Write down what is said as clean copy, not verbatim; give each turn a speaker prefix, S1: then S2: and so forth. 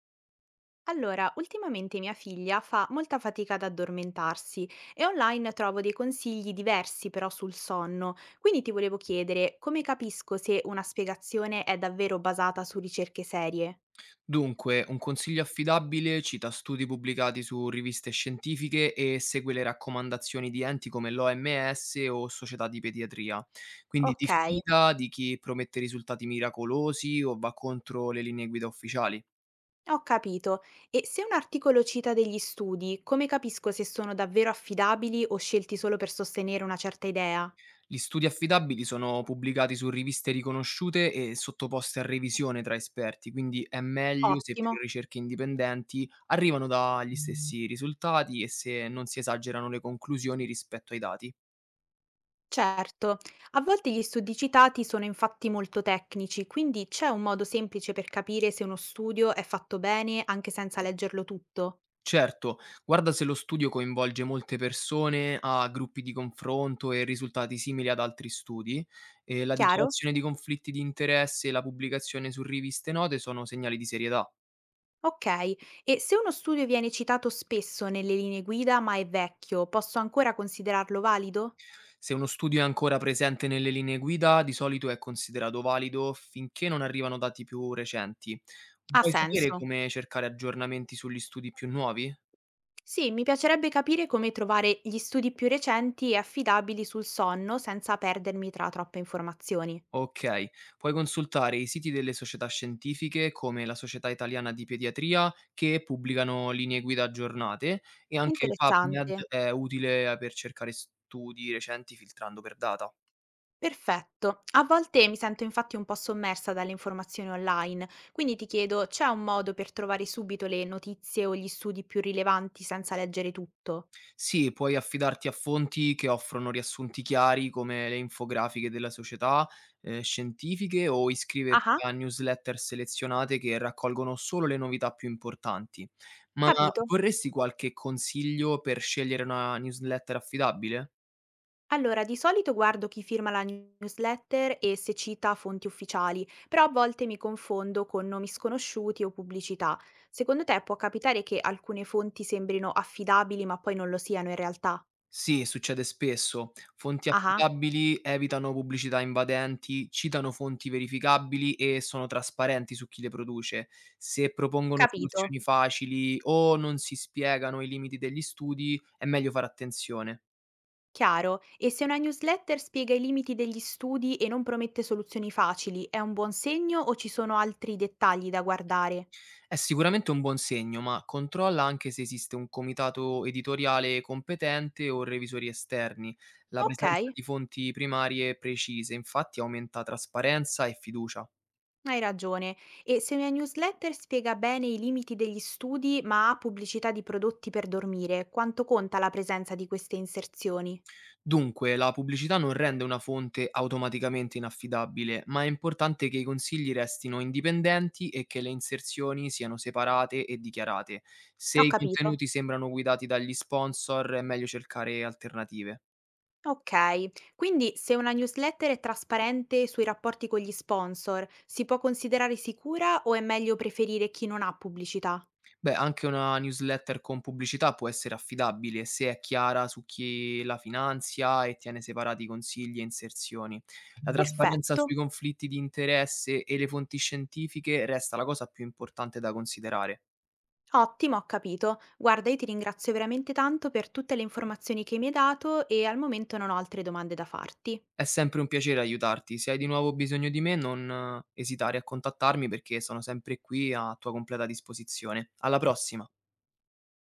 S1: Allora, ultimamente mia figlia fa molta fatica ad addormentarsi e online trovo dei consigli diversi però sul sonno, quindi ti volevo chiedere come capisco se una spiegazione è davvero basata su ricerche serie?
S2: Dunque, un consiglio affidabile cita studi pubblicati su riviste scientifiche e segue le raccomandazioni di enti come l'OMS o società di pediatria. Quindi
S1: Ok,
S2: diffida di chi promette risultati miracolosi o va contro le linee guida ufficiali.
S1: ho capito. E se un articolo cita degli studi, come capisco se sono davvero affidabili o scelti solo per sostenere una certa idea?
S2: Gli studi affidabili sono pubblicati su riviste riconosciute e sottoposte a revisione tra esperti, quindi è meglio se
S1: Ottimo.
S2: più ricerche indipendenti arrivano dagli stessi risultati e se non si esagerano le conclusioni rispetto ai dati.
S1: Certo, a volte gli studi citati sono infatti molto tecnici, quindi c'è un modo semplice per capire se uno studio è fatto bene anche senza leggerlo tutto.
S2: Certo, guarda se lo studio coinvolge molte persone, ha gruppi di confronto e risultati simili ad altri studi, e la
S1: Chiaro?
S2: dichiarazione di conflitti di interesse e la pubblicazione su riviste note sono segnali di serietà.
S1: Ok, e se uno studio viene citato spesso nelle linee guida ma è vecchio, posso ancora considerarlo valido?
S2: Se uno studio è ancora presente nelle linee guida, di solito è considerato valido finché non arrivano dati più recenti.
S1: Ha
S2: Vuoi sapere
S1: senso.
S2: come cercare aggiornamenti sugli studi più nuovi?
S1: Sì, mi piacerebbe capire come trovare gli studi più recenti e affidabili sul sonno senza perdermi tra troppe informazioni.
S2: Okay. Puoi consultare i siti delle società scientifiche, come la Società Italiana di Pediatria, che pubblicano linee guida aggiornate e anche PubMed
S1: Interessante.
S2: è utile per cercare studi recenti filtrando per data.
S1: Perfetto. A volte mi sento infatti un po' sommersa dalle informazioni online, quindi ti chiedo, c'è un modo per trovare subito le notizie o gli studi più rilevanti senza leggere tutto?
S2: Sì, puoi affidarti a fonti che offrono riassunti chiari come le infografiche della società, scientifiche o
S1: Ah,
S2: iscriverti a newsletter selezionate che raccolgono solo le novità più importanti. Ma
S1: capito.
S2: vorresti qualche consiglio per scegliere una newsletter affidabile?
S1: Allora, di solito guardo chi firma la newsletter e se cita fonti ufficiali, però a volte mi confondo con nomi sconosciuti o pubblicità. Secondo te può capitare che alcune fonti sembrino affidabili ma poi non lo siano in realtà?
S2: Sì, succede spesso. Fonti
S1: Ah,
S2: affidabili evitano pubblicità invadenti, citano fonti verificabili e sono trasparenti su chi le produce. Se propongono
S1: capito.
S2: soluzioni facili o non si spiegano i limiti degli studi, è meglio fare attenzione.
S1: Chiaro, e se una newsletter spiega i limiti degli studi e non promette soluzioni facili, è un buon segno o ci sono altri dettagli da guardare?
S2: È sicuramente un buon segno, ma controlla anche se esiste un comitato editoriale competente o revisori esterni. La presenza
S1: Ok,
S2: di fonti primarie precise, infatti, aumenta trasparenza e fiducia.
S1: hai ragione. E se una newsletter spiega bene i limiti degli studi ma ha pubblicità di prodotti per dormire, quanto conta la presenza di queste inserzioni?
S2: Dunque, la pubblicità non rende una fonte automaticamente inaffidabile, ma è importante che i consigli restino indipendenti e che le inserzioni siano separate e dichiarate. Se
S1: Ho
S2: i
S1: capito.
S2: contenuti sembrano guidati dagli sponsor, è meglio cercare alternative.
S1: Ok, quindi se una newsletter è trasparente sui rapporti con gli sponsor, si può considerare sicura o è meglio preferire chi non ha pubblicità?
S2: Beh, anche una newsletter con pubblicità può essere affidabile se è chiara su chi la finanzia e tiene separati consigli e inserzioni. La trasparenza
S1: Perfetto.
S2: sui conflitti di interesse e le fonti scientifiche resta la cosa più importante da considerare.
S1: Ottimo, ho capito. Guarda, io ti ringrazio veramente tanto per tutte le informazioni che mi hai dato e al momento non ho altre domande da farti.
S2: È sempre un piacere aiutarti. Se hai di nuovo bisogno di me, non esitare a contattarmi perché sono sempre qui a tua completa disposizione. Alla prossima.